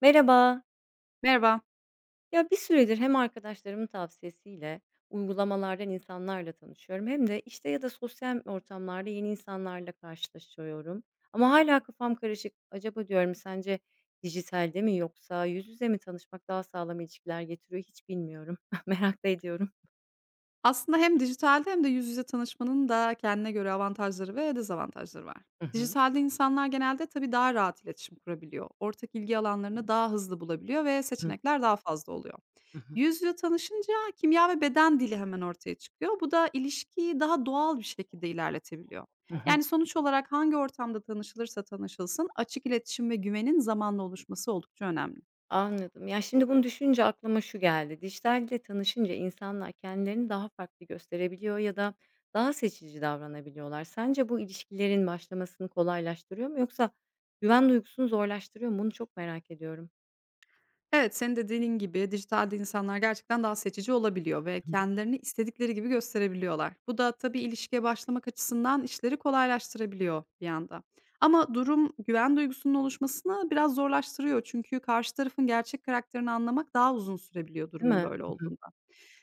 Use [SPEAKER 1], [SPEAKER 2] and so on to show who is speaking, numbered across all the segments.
[SPEAKER 1] Merhaba.
[SPEAKER 2] Merhaba.
[SPEAKER 1] Ya bir süredir hem arkadaşlarımın tavsiyesiyle uygulamalardan insanlarla tanışıyorum hem de işte ya da sosyal ortamlarda yeni insanlarla karşılaşıyorum. Ama hala kafam karışık. Acaba diyorum sence dijitalde mi yoksa yüz yüze mi tanışmak daha sağlam ilişkiler getiriyor hiç bilmiyorum. Merak da ediyorum.
[SPEAKER 2] Aslında hem dijitalde hem de yüz yüze tanışmanın da kendine göre avantajları ve dezavantajları var.
[SPEAKER 1] Hı hı.
[SPEAKER 2] Dijitalde insanlar genelde tabii daha rahat iletişim kurabiliyor. Ortak ilgi alanlarını daha hızlı bulabiliyor ve
[SPEAKER 1] Hı
[SPEAKER 2] seçenekler daha fazla oluyor.
[SPEAKER 1] hı.
[SPEAKER 2] Yüz yüze tanışınca kimya ve beden dili hemen ortaya çıkıyor. Bu da ilişkiyi daha doğal bir şekilde ilerletebiliyor.
[SPEAKER 1] Hı hı.
[SPEAKER 2] Yani sonuç olarak hangi ortamda tanışılırsa tanışılsın açık iletişim ve güvenin zamanla oluşması oldukça önemli.
[SPEAKER 1] Anladım. Ya, şimdi bunu düşününce aklıma şu geldi. Dijitalle tanışınca insanlar kendilerini daha farklı gösterebiliyor ya da daha seçici davranabiliyorlar. Sence bu ilişkilerin başlamasını kolaylaştırıyor mu yoksa güven duygusunu zorlaştırıyor mu? Bunu çok merak ediyorum.
[SPEAKER 2] Evet, senin de dediğin gibi dijitalde insanlar gerçekten daha seçici olabiliyor ve kendilerini istedikleri gibi gösterebiliyorlar. Bu da tabii ilişkiye başlamak açısından işleri kolaylaştırabiliyor bir yanda. Ama durum güven duygusunun oluşmasını biraz zorlaştırıyor. Çünkü karşı tarafın gerçek karakterini anlamak daha uzun sürebiliyor
[SPEAKER 1] Değil
[SPEAKER 2] durumun
[SPEAKER 1] mi?
[SPEAKER 2] böyle
[SPEAKER 1] Hı hı.
[SPEAKER 2] olduğunda.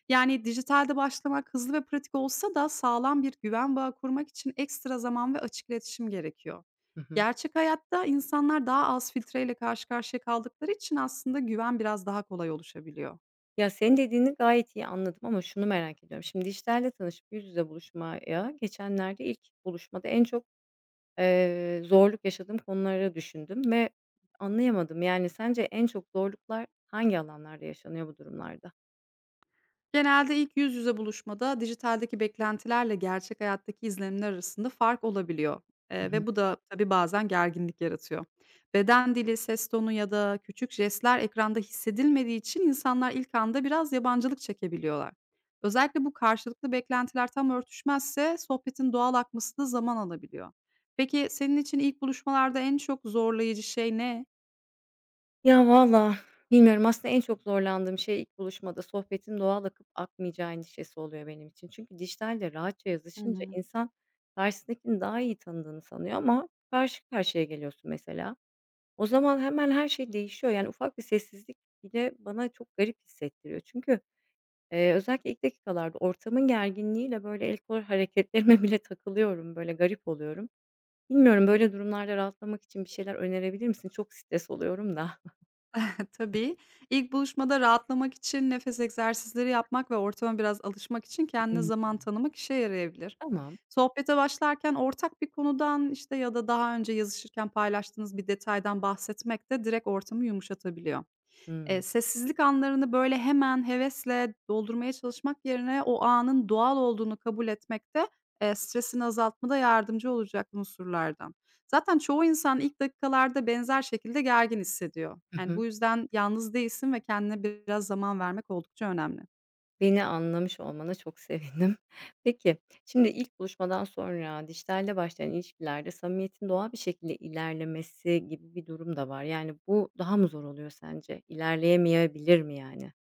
[SPEAKER 2] Yani, dijitalde başlamak hızlı ve pratik olsa da sağlam bir güven bağı kurmak için ekstra zaman ve açık iletişim gerekiyor.
[SPEAKER 1] Hı hı.
[SPEAKER 2] Gerçek hayatta insanlar daha az filtreyle karşı karşıya kaldıkları için aslında güven biraz daha kolay oluşabiliyor.
[SPEAKER 1] Ya, senin dediğini gayet iyi anladım ama şunu merak ediyorum. Şimdi dijitalle tanışıp yüz yüze buluşmaya geçenlerde ilk buluşmada en çok zorluk yaşadığım konuları düşündüm ve anlayamadım. Yani, sence en çok zorluklar hangi alanlarda yaşanıyor bu durumlarda?
[SPEAKER 2] Genelde ilk yüz yüze buluşmada dijitaldeki beklentilerle gerçek hayattaki izlenimler arasında fark olabiliyor.
[SPEAKER 1] Hı hı.
[SPEAKER 2] Ve bu da tabii bazen gerginlik yaratıyor. Beden dili, ses tonu ya da küçük jestler ekranda hissedilmediği için insanlar ilk anda biraz yabancılık çekebiliyorlar. Özellikle bu karşılıklı beklentiler tam örtüşmezse sohbetin doğal akması da zaman alabiliyor. Peki senin için ilk buluşmalarda en çok zorlayıcı şey ne?
[SPEAKER 1] Ya, valla bilmiyorum. Aslında en çok zorlandığım şey ilk buluşmada sohbetin doğal akıp akmayacağı endişesi oluyor benim için. Çünkü dijitalde rahatça
[SPEAKER 2] Hı
[SPEAKER 1] yazışınca
[SPEAKER 2] hı.
[SPEAKER 1] insan karşısındakini daha iyi tanıdığını sanıyor ama karşı karşıya geliyorsun mesela. O zaman hemen her şey değişiyor. Yani, ufak bir sessizlik bile bana çok garip hissettiriyor. Çünkü özellikle ilk dakikalarda ortamın gerginliğiyle, böyle, el kol hareketlerime bile takılıyorum, böyle, garip oluyorum. Bilmiyorum, böyle durumlarda rahatlamak için bir şeyler önerebilir misin? Çok stres oluyorum da.
[SPEAKER 2] Tabii. İlk buluşmada rahatlamak için nefes egzersizleri yapmak ve ortama biraz alışmak için kendine
[SPEAKER 1] Hımm.
[SPEAKER 2] zaman tanımak işe yarayabilir.
[SPEAKER 1] Tamam.
[SPEAKER 2] Sohbete başlarken ortak bir konudan işte ya da daha önce yazışırken paylaştığınız bir detaydan bahsetmek de direkt ortamı yumuşatabiliyor.
[SPEAKER 1] Hımm.
[SPEAKER 2] Sessizlik anlarını, böyle, hemen hevesle doldurmaya çalışmak yerine o anın doğal olduğunu kabul etmek de, stresini azaltmada yardımcı olacak unsurlardan. Zaten çoğu insan ilk dakikalarda benzer şekilde gergin hissediyor.
[SPEAKER 1] Hı
[SPEAKER 2] Yani,
[SPEAKER 1] hı.
[SPEAKER 2] bu yüzden yalnız değilsin ve kendine biraz zaman vermek oldukça önemli.
[SPEAKER 1] Beni anlamış olmana çok sevindim. Peki, şimdi ilk buluşmadan sonra dijitalde başlayan ilişkilerde samimiyetin doğal bir şekilde ilerlemesi gibi bir durum da var. Yani bu daha mı zor oluyor sence? İlerleyemeyebilir mi yani?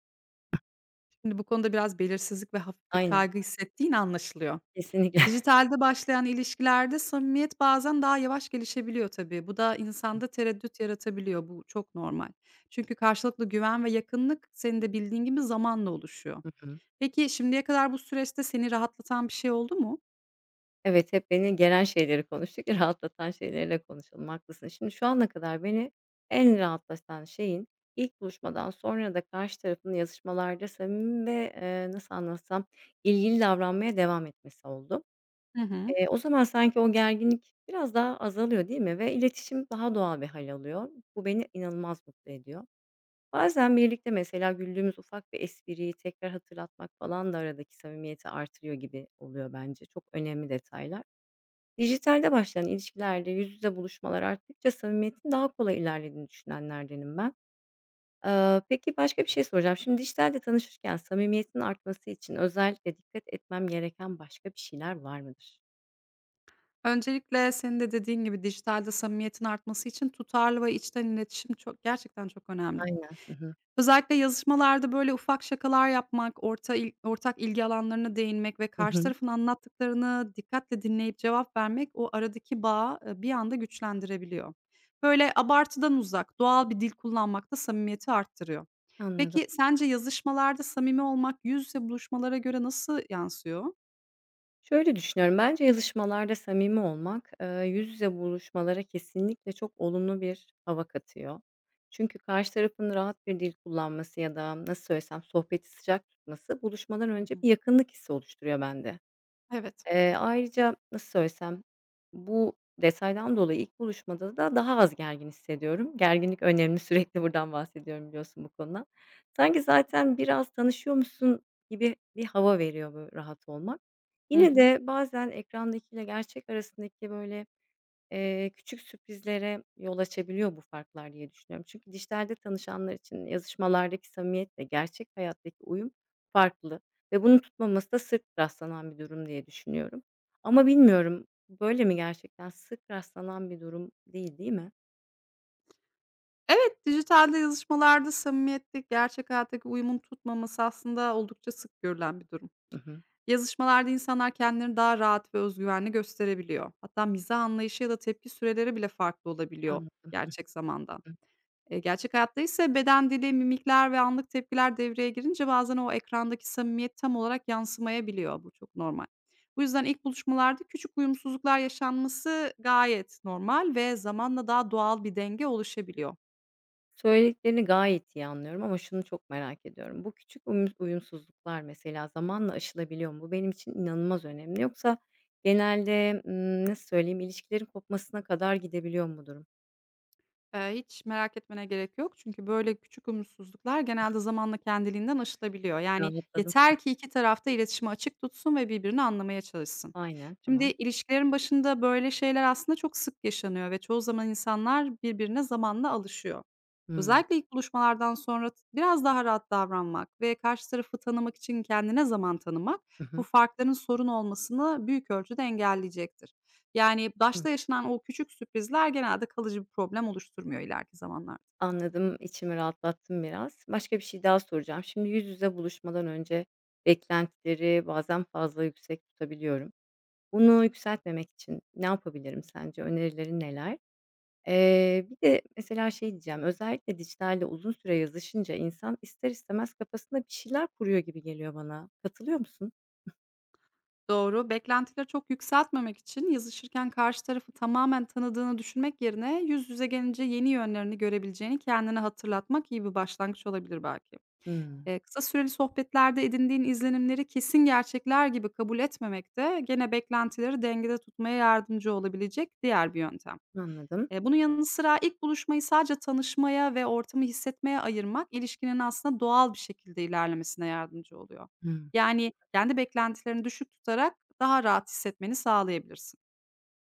[SPEAKER 2] Şimdi bu konuda biraz belirsizlik ve hafif bir
[SPEAKER 1] Aynen.
[SPEAKER 2] kaygı hissettiğin anlaşılıyor.
[SPEAKER 1] Kesinlikle.
[SPEAKER 2] Dijitalde başlayan ilişkilerde samimiyet bazen daha yavaş gelişebiliyor tabii. Bu da insanda tereddüt yaratabiliyor. Bu çok normal. Çünkü karşılıklı güven ve yakınlık senin de bildiğin gibi zamanla oluşuyor.
[SPEAKER 1] Hı hı.
[SPEAKER 2] Peki şimdiye kadar bu süreçte seni rahatlatan bir şey oldu mu?
[SPEAKER 1] Evet, hep beni geren şeyleri konuştuk. Rahatlatan şeyleri konuşalım, haklısın. Şimdi şu ana kadar beni en rahatlatan şeyin ilk buluşmadan sonra da karşı tarafın yazışmalarda samimi ve, nasıl anlatsam, ilgili davranmaya devam etmesi oldu.
[SPEAKER 2] Hı hı.
[SPEAKER 1] O zaman sanki o gerginlik biraz daha azalıyor, değil mi? Ve iletişim daha doğal bir hal alıyor. Bu beni inanılmaz mutlu ediyor. Bazen birlikte mesela güldüğümüz ufak bir espriyi tekrar hatırlatmak falan da aradaki samimiyeti artırıyor gibi oluyor bence. Çok önemli detaylar. Dijitalde başlayan ilişkilerde yüz yüze buluşmalar arttıkça samimiyetin daha kolay ilerlediğini düşünenlerdenim ben. Peki başka bir şey soracağım. Şimdi dijitalde tanışırken samimiyetin artması için özellikle dikkat etmem gereken başka bir şeyler var mıdır?
[SPEAKER 2] Öncelikle senin de dediğin gibi dijitalde samimiyetin artması için tutarlı ve içten iletişim gerçekten çok önemli.
[SPEAKER 1] Aynen. Hı hı.
[SPEAKER 2] Özellikle yazışmalarda böyle ufak şakalar yapmak, ortak ilgi alanlarına değinmek ve
[SPEAKER 1] Hı
[SPEAKER 2] karşı
[SPEAKER 1] hı.
[SPEAKER 2] tarafın anlattıklarını dikkatle dinleyip cevap vermek o aradaki bağı, bir anda güçlendirebiliyor. Böyle abartıdan uzak, doğal bir dil kullanmak da samimiyeti arttırıyor.
[SPEAKER 1] Anladım.
[SPEAKER 2] Peki, sence yazışmalarda samimi olmak yüz yüze buluşmalara göre nasıl yansıyor?
[SPEAKER 1] Şöyle düşünüyorum, bence yazışmalarda samimi olmak, yüz yüze buluşmalara kesinlikle çok olumlu bir hava katıyor. Çünkü karşı tarafın rahat bir dil kullanması ya da nasıl söylesem sohbeti sıcak tutması buluşmadan
[SPEAKER 2] Hı
[SPEAKER 1] önce
[SPEAKER 2] hı.
[SPEAKER 1] bir yakınlık hissi oluşturuyor bende.
[SPEAKER 2] Evet.
[SPEAKER 1] Ayrıca nasıl söylesem, bu detaydan dolayı ilk buluşmada da daha az gergin hissediyorum. Gerginlik önemli, sürekli buradan bahsediyorum biliyorsun bu konuda. Sanki zaten biraz tanışıyormuşsun gibi bir hava veriyor, bu rahat olmak.
[SPEAKER 2] Hı. Hı
[SPEAKER 1] Yine
[SPEAKER 2] hı.
[SPEAKER 1] de bazen ekrandakiyle gerçek arasındaki böyle küçük sürprizlere yol açabiliyor bu farklar diye düşünüyorum. Çünkü dijitalde tanışanlar için yazışmalardaki samimiyetle gerçek hayattaki uyum farklı ve bunun tutmaması da sık rastlanan bir durum diye düşünüyorum. Ama bilmiyorum, böyle mi gerçekten? Sık rastlanan bir durum değil, değil mi?
[SPEAKER 2] Evet, dijitalde yazışmalarda samimiyetlik gerçek hayattaki uyumun tutmaması aslında oldukça sık görülen bir durum.
[SPEAKER 1] Hı hı.
[SPEAKER 2] Yazışmalarda insanlar kendilerini daha rahat ve özgüvenli gösterebiliyor. Hatta mizah anlayışı ya da tepki süreleri bile farklı olabiliyor
[SPEAKER 1] Anladım.
[SPEAKER 2] gerçek zamandan. Gerçek hayatta ise beden dili, mimikler ve anlık tepkiler devreye girince bazen o ekrandaki samimiyet tam olarak yansımayabiliyor. Bu çok normal. Bu yüzden ilk buluşmalarda küçük uyumsuzluklar yaşanması gayet normal ve zamanla daha doğal bir denge oluşabiliyor.
[SPEAKER 1] Söylediklerini gayet iyi anlıyorum ama şunu çok merak ediyorum. Bu küçük uyumsuzluklar mesela zamanla aşılabiliyor mu? Bu benim için inanılmaz önemli. Yoksa genelde, nasıl söyleyeyim, ilişkilerin kopmasına kadar gidebiliyor mu bu durum?
[SPEAKER 2] Hiç merak etmene gerek yok çünkü böyle küçük umutsuzluklar genelde zamanla kendiliğinden aşılabiliyor. Yani
[SPEAKER 1] Rahatladım.
[SPEAKER 2] yeter ki 2 tarafta iletişimi açık tutsun ve birbirini anlamaya çalışsın.
[SPEAKER 1] Aynen,
[SPEAKER 2] Şimdi
[SPEAKER 1] tamam.
[SPEAKER 2] ilişkilerin başında böyle şeyler aslında çok sık yaşanıyor ve çoğu zaman insanlar birbirine zamanla alışıyor.
[SPEAKER 1] Hımm.
[SPEAKER 2] Özellikle ilk buluşmalardan sonra biraz daha rahat davranmak ve karşı tarafı tanımak için kendine zaman tanımak
[SPEAKER 1] Hı
[SPEAKER 2] bu
[SPEAKER 1] hı.
[SPEAKER 2] farkların sorun olmasını büyük ölçüde engelleyecektir. Yani,
[SPEAKER 1] Hımm.
[SPEAKER 2] başta yaşanan o küçük sürprizler genelde kalıcı bir problem oluşturmuyor ileriki zamanlarda.
[SPEAKER 1] Anladım, içimi rahatlattım biraz. Başka bir şey daha soracağım. Şimdi yüz yüze buluşmadan önce beklentileri bazen fazla yüksek tutabiliyorum. Bunu yükseltmemek için ne yapabilirim sence? Önerilerin neler? Bir de mesela şey diyeceğim, özellikle dijitalle uzun süre yazışınca insan ister istemez kafasında bir şeyler kuruyor gibi geliyor bana. Katılıyor musun?
[SPEAKER 2] Doğru. Beklentileri çok yükseltmemek için yazışırken karşı tarafı tamamen tanıdığını düşünmek yerine yüz yüze gelince yeni yönlerini görebileceğini kendine hatırlatmak iyi bir başlangıç olabilir belki.
[SPEAKER 1] Hımm,
[SPEAKER 2] Kısa süreli sohbetlerde edindiğin izlenimleri kesin gerçekler gibi kabul etmemek de gene beklentileri dengede tutmaya yardımcı olabilecek diğer bir yöntem.
[SPEAKER 1] anladım.
[SPEAKER 2] Bunun yanı sıra ilk buluşmayı sadece tanışmaya ve ortamı hissetmeye ayırmak, ilişkinin aslında doğal bir şekilde ilerlemesine yardımcı oluyor.
[SPEAKER 1] Hımm.
[SPEAKER 2] Yani kendi beklentilerini düşük tutarak daha rahat hissetmeni sağlayabilirsin.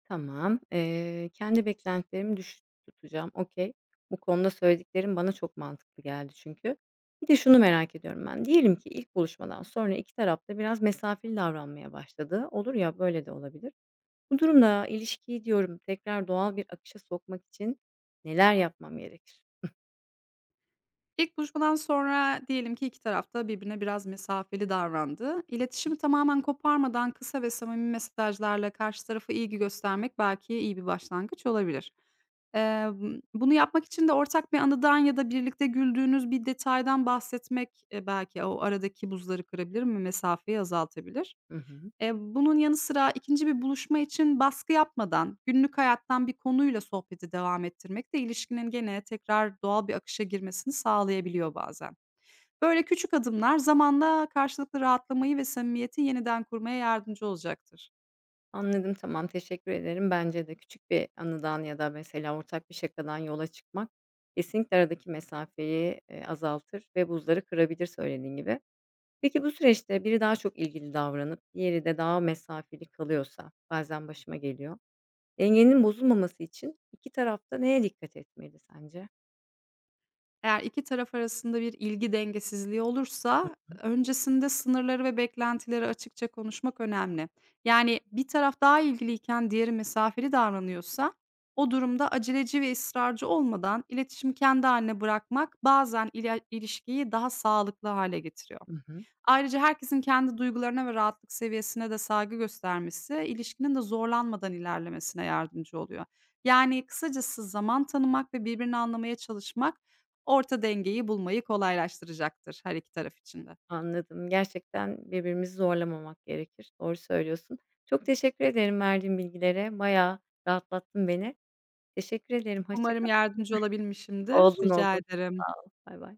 [SPEAKER 1] Tamam. Kendi beklentilerimi düşük tutacağım. Okay. Bu konuda söylediklerin bana çok mantıklı geldi çünkü. Bir de şunu merak ediyorum ben. Diyelim ki ilk buluşmadan sonra 2 taraf da biraz mesafeli davranmaya başladı. Olur ya, böyle de olabilir. Bu durumda ilişkiyi diyorum tekrar doğal bir akışa sokmak için neler yapmam gerekir?
[SPEAKER 2] İlk buluşmadan sonra diyelim ki iki tarafta birbirine biraz mesafeli davrandı. İletişimi tamamen koparmadan kısa ve samimi mesajlarla karşı tarafa ilgi göstermek belki iyi bir başlangıç olabilir. Eee, bunu yapmak için de ortak bir anıdan ya da birlikte güldüğünüz bir detaydan bahsetmek belki o aradaki buzları kırabilir mi, mesafeyi azaltabilir.
[SPEAKER 1] Hı hı.
[SPEAKER 2] Bunun yanı sıra ikinci bir buluşma için baskı yapmadan günlük hayattan bir konuyla sohbeti devam ettirmek de ilişkinin gene tekrar doğal bir akışa girmesini sağlayabiliyor bazen. Böyle küçük adımlar zamanla karşılıklı rahatlamayı ve samimiyeti yeniden kurmaya yardımcı olacaktır.
[SPEAKER 1] Anladım, tamam, teşekkür ederim. Bence de küçük bir anıdan ya da mesela ortak bir şakadan yola çıkmak kesinlikle aradaki mesafeyi, azaltır ve buzları kırabilir söylediğin gibi. Peki bu süreçte biri daha çok ilgili davranıp diğeri de daha mesafeli kalıyorsa, bazen başıma geliyor, dengenin bozulmaması için 2 tarafta neye dikkat etmeli sence?
[SPEAKER 2] Eğer iki taraf arasında bir ilgi dengesizliği olursa öncesinde sınırları ve beklentileri açıkça konuşmak önemli. Yani bir taraf daha ilgiliyken diğeri mesafeli davranıyorsa o durumda aceleci ve ısrarcı olmadan iletişimi kendi haline bırakmak bazen ilişkiyi daha sağlıklı hale getiriyor.
[SPEAKER 1] Hı hı.
[SPEAKER 2] Ayrıca herkesin kendi duygularına ve rahatlık seviyesine de saygı göstermesi, ilişkinin de zorlanmadan ilerlemesine yardımcı oluyor. Yani kısacası zaman tanımak ve birbirini anlamaya çalışmak orta dengeyi bulmayı kolaylaştıracaktır her iki taraf için de.
[SPEAKER 1] Anladım. Gerçekten birbirimizi zorlamamak gerekir. Doğru söylüyorsun. Çok teşekkür ederim verdiğin bilgilere. Bayağı rahatlattın beni. Teşekkür ederim. Hoşça
[SPEAKER 2] Umarım
[SPEAKER 1] kal.
[SPEAKER 2] yardımcı olabilmişimdir.
[SPEAKER 1] Oldun,
[SPEAKER 2] Rica
[SPEAKER 1] oldun.
[SPEAKER 2] ederim.
[SPEAKER 1] Sağ ol. Bay bay.